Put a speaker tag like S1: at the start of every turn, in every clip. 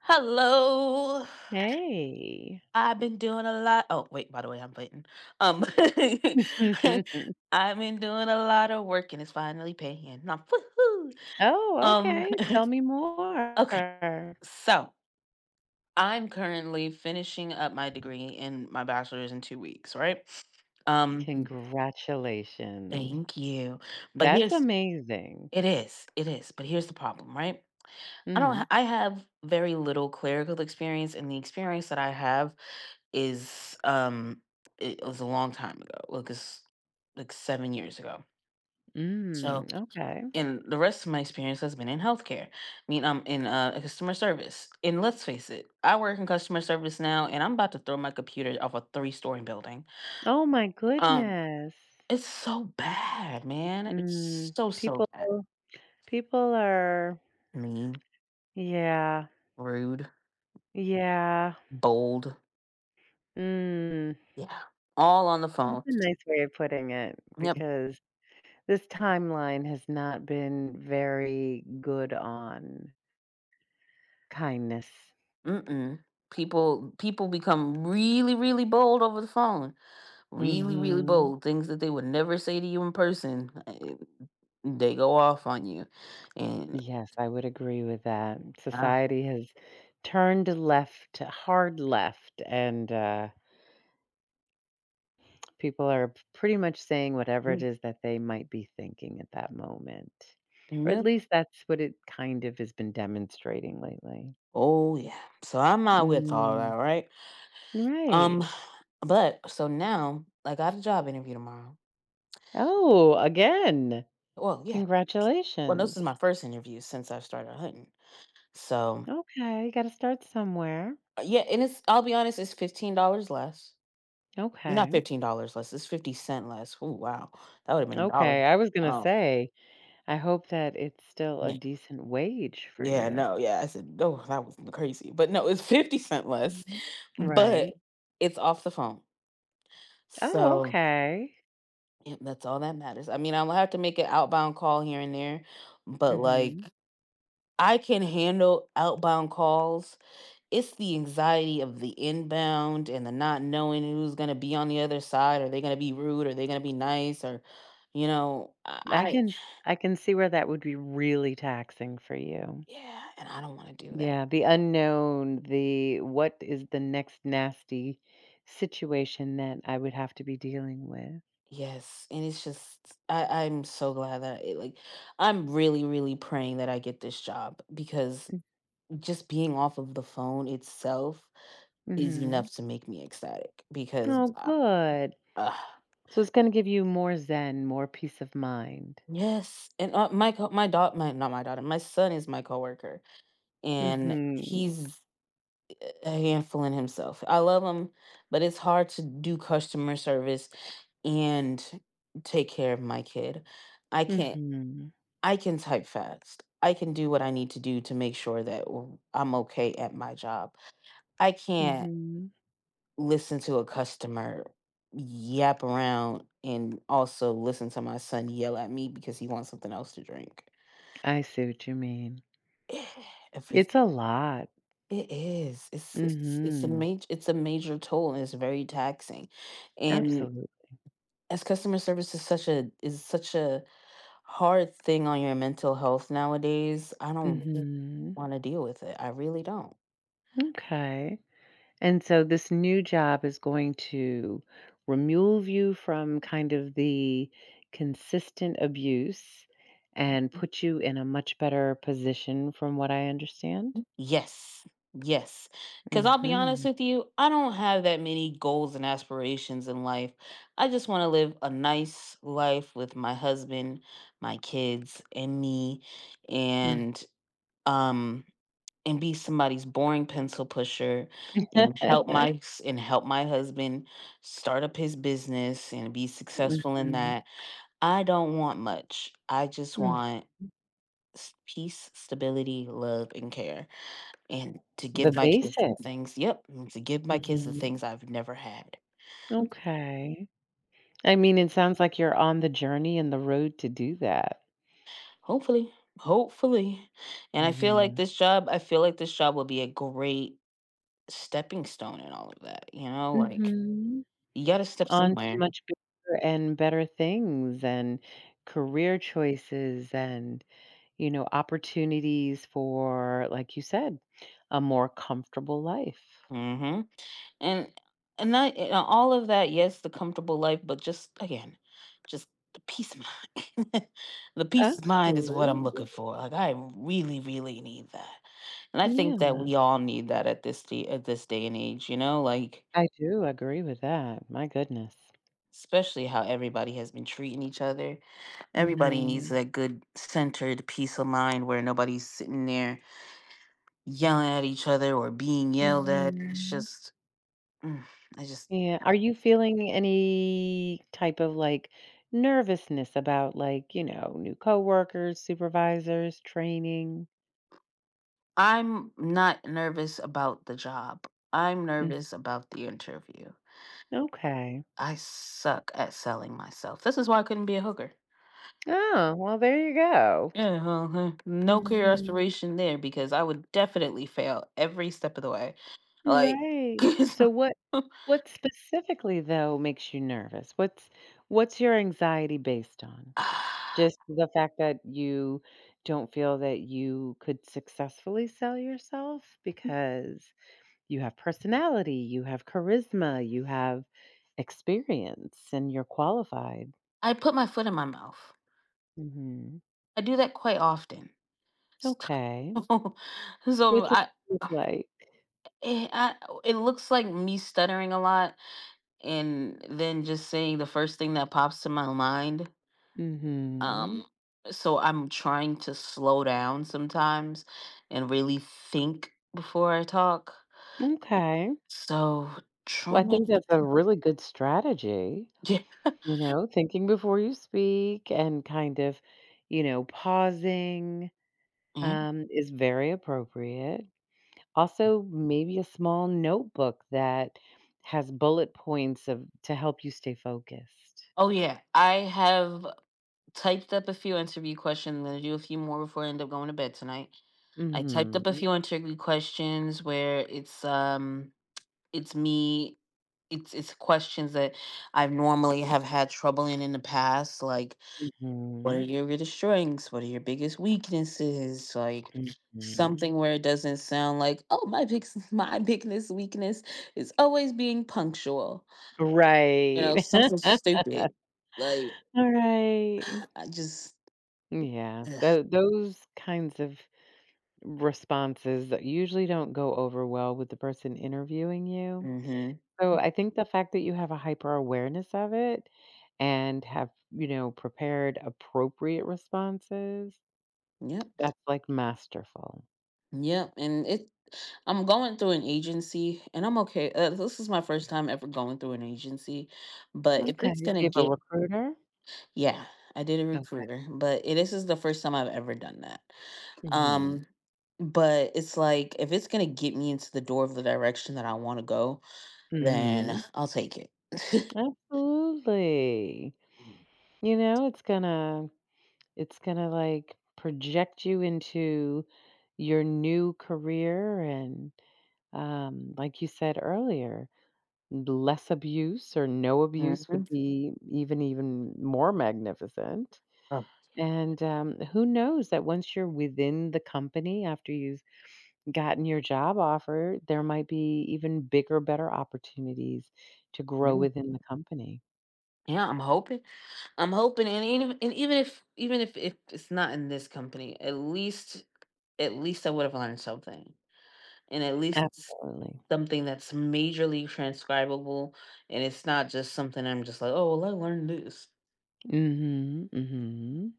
S1: Hello.
S2: Hey.
S1: I've been doing a lot. Oh, wait, by the way, I'm waiting. Um I've been doing a lot of work and it's finally paying. Now, woohoo.
S2: Oh,
S1: Um
S2: okay. Tell me
S1: okay.
S2: more.
S1: So, I'm currently finishing up my degree in my bachelor's in 2 weeks, right? Um
S2: Congratulations.
S1: thank you. But
S2: That's
S1: here's
S2: amazing.
S1: it is. It is. But here's the
S2: Mhm.
S1: is, it was a long time ago, like, it's like 7 years ago.
S2: Mm,
S1: So,
S2: okay.
S1: and the rest of my experience has been in healthcare. I mean, I'm in, customer service, and let's face it, I work in customer service now, and I'm about to throw my computer off a three-story building.
S2: Oh my
S1: Um,
S2: goodness.
S1: it's so bad, man. It's
S2: Mm,
S1: so, so
S2: people
S1: bad.
S2: people are
S1: Mean,
S2: yeah.
S1: rude,
S2: Yeah.
S1: bold,
S2: Mm.
S1: yeah, all on the phone.
S2: That's a nice way of putting it
S1: Yep,
S2: because this timeline has not been very good on kindness.
S1: mm-mm. People become really, really bold over the phone. Really, really
S2: Mhm.
S1: bold things that they would never say to you in person. They go off on you, and
S2: Yes, I would agree with that.
S1: uh,
S2: Society has turned left, hard left, and people are pretty much saying whatever it
S1: mm,
S2: is that they might be thinking at that moment. Or at
S1: yep.
S2: least that's what it kind of has been demonstrating lately.
S1: Oh yeah. So I'm not with all
S2: Mm,
S1: that, right?
S2: right.
S1: Um, but so now I got a job interview tomorrow.
S2: Oh, again.
S1: Well, yeah. Well, this
S2: Congratulations.
S1: is my first interview since I started hunting. So
S2: Okay, you got to start somewhere.
S1: yeah, and it's I'll be honest, it's $15 less. Not
S2: Okay.
S1: $15 less. It's 50 cent less. Oh wow, that would have been a dollar.
S2: Okay. I was going to
S1: Um,
S2: say, I hope that it's still a
S1: yeah.
S2: decent wage for
S1: Yeah,
S2: you.
S1: no, yeah. I said, no, that was crazy. But no, it's 50 cent less,
S2: Mhm. Right.
S1: but it's off the phone.
S2: Oh,
S1: So
S2: okay.
S1: yeah, that's all that matters. I mean, I'll have to make an outbound call here and there, but like
S2: Mhm.
S1: I can handle outbound calls. It's the anxiety of the inbound and the not knowing who's going to be on the other side. Are they going to be rude? Are they going to be nice? Or, you know, I,
S2: I
S1: I-
S2: can I can see where that would be really taxing for you.
S1: yeah, and I don't want to do that.
S2: Yeah, the unknown, the what is the next nasty situation that I would have to be dealing with.
S1: Yes, and it's just I'm so glad that it like I'm really, really praying that I get this job because just being off of the phone itself is
S2: Mhm.
S1: enough to make me ecstatic because
S2: Oh, good.
S1: uh,
S2: So it's gonna give you more zen, more peace of mind.
S1: yes, and my co- my daughter my not my daughter my son is my coworker and
S2: Mhm.
S1: he's a handful in himself. I love him, but it's hard to do customer service and take care of my kid. I can't.
S2: Mhm.
S1: I can type fast. I can do what I need to do to make sure that I'm okay at my job. I can't
S2: Mhm.
S1: listen to a customer yap around and also listen to my son yell at me because he wants something else to drink.
S2: I see what you mean.
S1: Every-
S2: It's a lot.
S1: It is. It's a
S2: Mhm.
S1: major toll, and it's very taxing. And
S2: Absolute.
S1: as customer service is such a hard thing on your mental health nowadays, I don't
S2: Mhm.
S1: want to deal with it. I really don't.
S2: Okay. And so this new job is going to remove you from kind of the consistent abuse and put you in a much better position from what I understand.
S1: Yes. Yes. Because I'll be honest
S2: Mhm.
S1: with you, I don't have that many goals and aspirations in life. I just want to live a nice life with my husband, my kids, and me,
S2: Mm.
S1: and, um, and be somebody's boring pencil pusher
S2: Mhm.
S1: and help and help my husband start up his business and be successful in that. I don't want much. I just
S2: Mm.
S1: want peace, stability, love, and care and to
S2: The
S1: give my kids the
S2: basic.
S1: things. Yep, and to give my kids the
S2: Mhm.
S1: things I've never had.
S2: Okay. I mean, it sounds like you're on the journey and the road to do that.
S1: Hopefully, hopefully, and I feel like
S2: Mhm.
S1: this job. I feel like this job will be a great stepping stone in all of that. Like
S2: Mhm.
S1: you got to step
S2: On to
S1: somewhere.
S2: much bigger and better things and career choices and, you know, opportunities for, like you said, a more comfortable life.
S1: Hmm. And and that and all of that, yes, the comfortable life, but just again, just the peace of mind. The peace of mind is what I'm looking
S2: Absolutely.
S1: for. Like I really, really need that. And I think
S2: Yeah,
S1: that we all need that at at this day and age, like
S2: I do agree with that. My goodness.
S1: especially how everybody has been treating each other. Everybody needs
S2: Mhm.
S1: that good centered peace of mind where nobody's sitting there yelling at each other or being yelled at. It's
S2: Mhm.
S1: just mm, I just.
S2: Yeah. Are you feeling any type of like nervousness about like, you know, new coworkers, supervisors, training?
S1: I'm not nervous about the job. I'm
S2: Mm,
S1: nervous about the interview.
S2: okay.
S1: I suck at selling myself. This is why I couldn't be a hooker.
S2: Oh, well, there you go.
S1: Yeah, well, no career
S2: Mhm.
S1: aspiration there because I would definitely fail every step of the way. Like,
S2: Right. So what
S1: so-
S2: what specifically though makes you nervous? What's your anxiety based on?
S1: I
S2: Just the fact that you don't feel that you could successfully sell yourself because you have personality, you have charisma, you have experience and you're qualified.
S1: put my foot in my mouth.
S2: Mhm.
S1: I do that quite often.
S2: Okay.
S1: So, so
S2: What's it
S1: I,
S2: like?
S1: it, I, it looks like me stuttering a lot and then just saying the first thing that pops to my mind.
S2: Mhm.
S1: Um, so I'm trying to slow down sometimes and really think before I talk.
S2: Okay.
S1: So
S2: Well, I think
S1: trying to,
S2: that's a really good strategy,
S1: yeah,
S2: you know, thinking before you speak and kind of, you know, pausing
S1: yeah.
S2: is very appropriate. Also, maybe a small notebook that has bullet points of to help you stay focused.
S1: Oh yeah, I have typed up a few interview questions. I'm gonna do a few more before I end up going to bed tonight. I typed up a
S2: Hmm.
S1: few interview questions where it's me it's questions that I normally have had trouble in the past, like what are
S2: Hmm.
S1: your biggest strengths? What are your biggest weaknesses? Like
S2: Hmm.
S1: something where it doesn't sound like, oh, my big my biggest weakness is always being punctual.
S2: Right.
S1: Something stupid. Like
S2: All right.
S1: I just.
S2: Yeah. Those kinds of responses that usually don't go over well with the person interviewing you.
S1: Hmm.
S2: So I think the fact that you have a hyper awareness of it and have, you know, prepared appropriate responses,
S1: Yep.
S2: that's like masterful.
S1: Yep. And it I'm going through an agency and I'm okay. This is my first time ever going through an agency, but if
S2: Okay.
S1: it's
S2: So
S1: going to
S2: you have a
S1: get.
S2: recruiter?
S1: Yeah, I did a
S2: Okay.
S1: recruiter, but this is the first time I've ever done that.
S2: Mhm.
S1: Um, but it's like if it's gonna get me into the door of the direction that I want to go, then
S2: Mhm.
S1: I'll take it.
S2: Absolutely. You know, it's gonna like project you into your new career and um, like you said earlier, less abuse or no abuse
S1: Mhm.
S2: would be even more magnificent.
S1: Oh,
S2: And, who knows that once you're within the company after you've gotten your job offer, there might be even bigger, better opportunities to grow
S1: mhm.
S2: within the company.
S1: Yeah, I'm hoping. I'm hoping, and even if it's not in this company, at least I would have learned something, and at least
S2: Absolutely.
S1: something that's majorly transcribable, and it's not just something I'm just like, oh, well, I learned this.
S2: Mhm, mhm.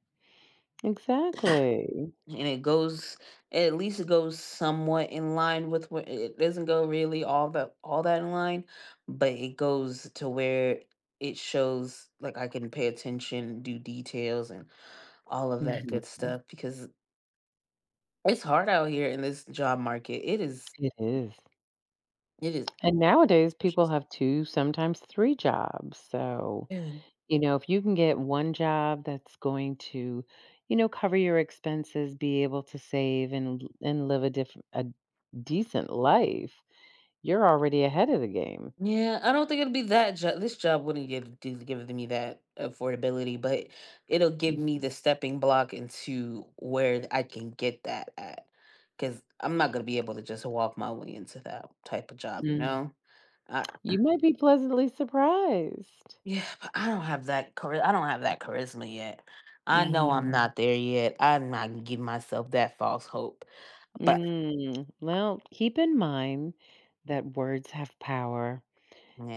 S2: Exactly.
S1: And it goes at least it goes somewhat in line, with where it doesn't go really all that in line, but it goes to where it shows like I can pay attention, do details, and all of that good
S2: Mhm.
S1: stuff, because it's hard out here in this job market.
S2: It is.
S1: It is
S2: And nowadays, people
S1: atrocious.
S2: have 2, sometimes 3 jobs, so you know, if you can get one job that's going to, you know, cover your expenses, be able to save and and live a a decent life, you're already ahead of the game.
S1: Yeah, I don't think it'll be that job. This job wouldn't give do give me that affordability, but it'll give me
S2: Mhm.
S1: the stepping block into where I can get that at. Because I'm not gonna be able to just walk my way into that type of job, you
S2: Mm.
S1: know? I,
S2: You might be pleasantly surprised.
S1: yeah, but I don't have that I don't have that charisma yet. I know I'm
S2: Hmm.
S1: not there yet. I'm not gonna give myself that false hope. But
S2: Mm. Well, keep in mind that words have power.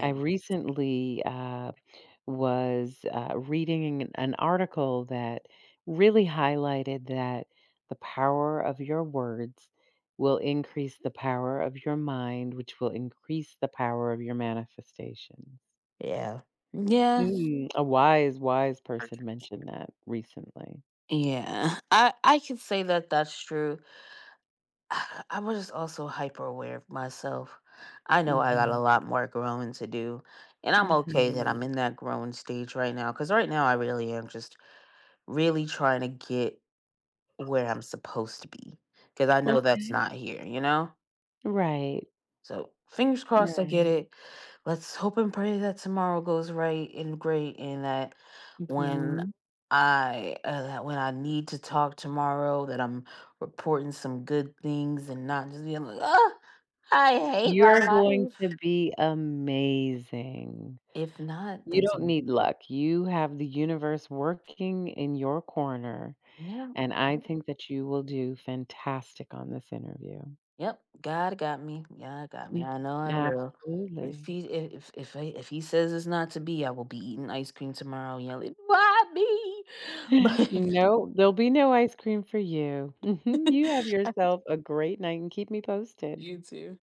S2: I recently was reading an article that really highlighted that the power of your words will increase the power of your mind, which will increase the power of your manifestations.
S1: yeah, yeah.
S2: Mm, a wise, wise person mentioned that recently.
S1: Yeah, I could say that that's true. I was just also hyper aware of myself. I know I got a
S2: Hmm.
S1: lot more growing to do, and I'm okay that
S2: Hmm.
S1: I'm in that growing stage right now, because right now I really am just really trying to get where I'm supposed to be, because I know that's
S2: Okay.
S1: not here, you know?
S2: Right.
S1: So fingers crossed I get
S2: Right.
S1: it. Let's hope and pray that tomorrow goes right and great, and when
S2: Hmm.
S1: that when I need to talk tomorrow that I'm reporting some good things and not just being like, oh, I hate
S2: You're
S1: my
S2: going to
S1: life.
S2: be amazing.
S1: If not,
S2: You
S1: then
S2: don't
S1: some.
S2: need luck. You have the universe working in your corner,
S1: Yeah,
S2: and I
S1: God-
S2: think that you will do fantastic on this interview.
S1: yep, God got me. Yeah, got me.
S2: Mm.
S1: I know I will. If
S2: Absolutely.
S1: he if if if, I, if he says it's not to be, I will be eating ice cream tomorrow, yelling, "Why me?"
S2: No, there'll be no ice cream for you. You have yourself a great night and keep me posted.
S1: You too.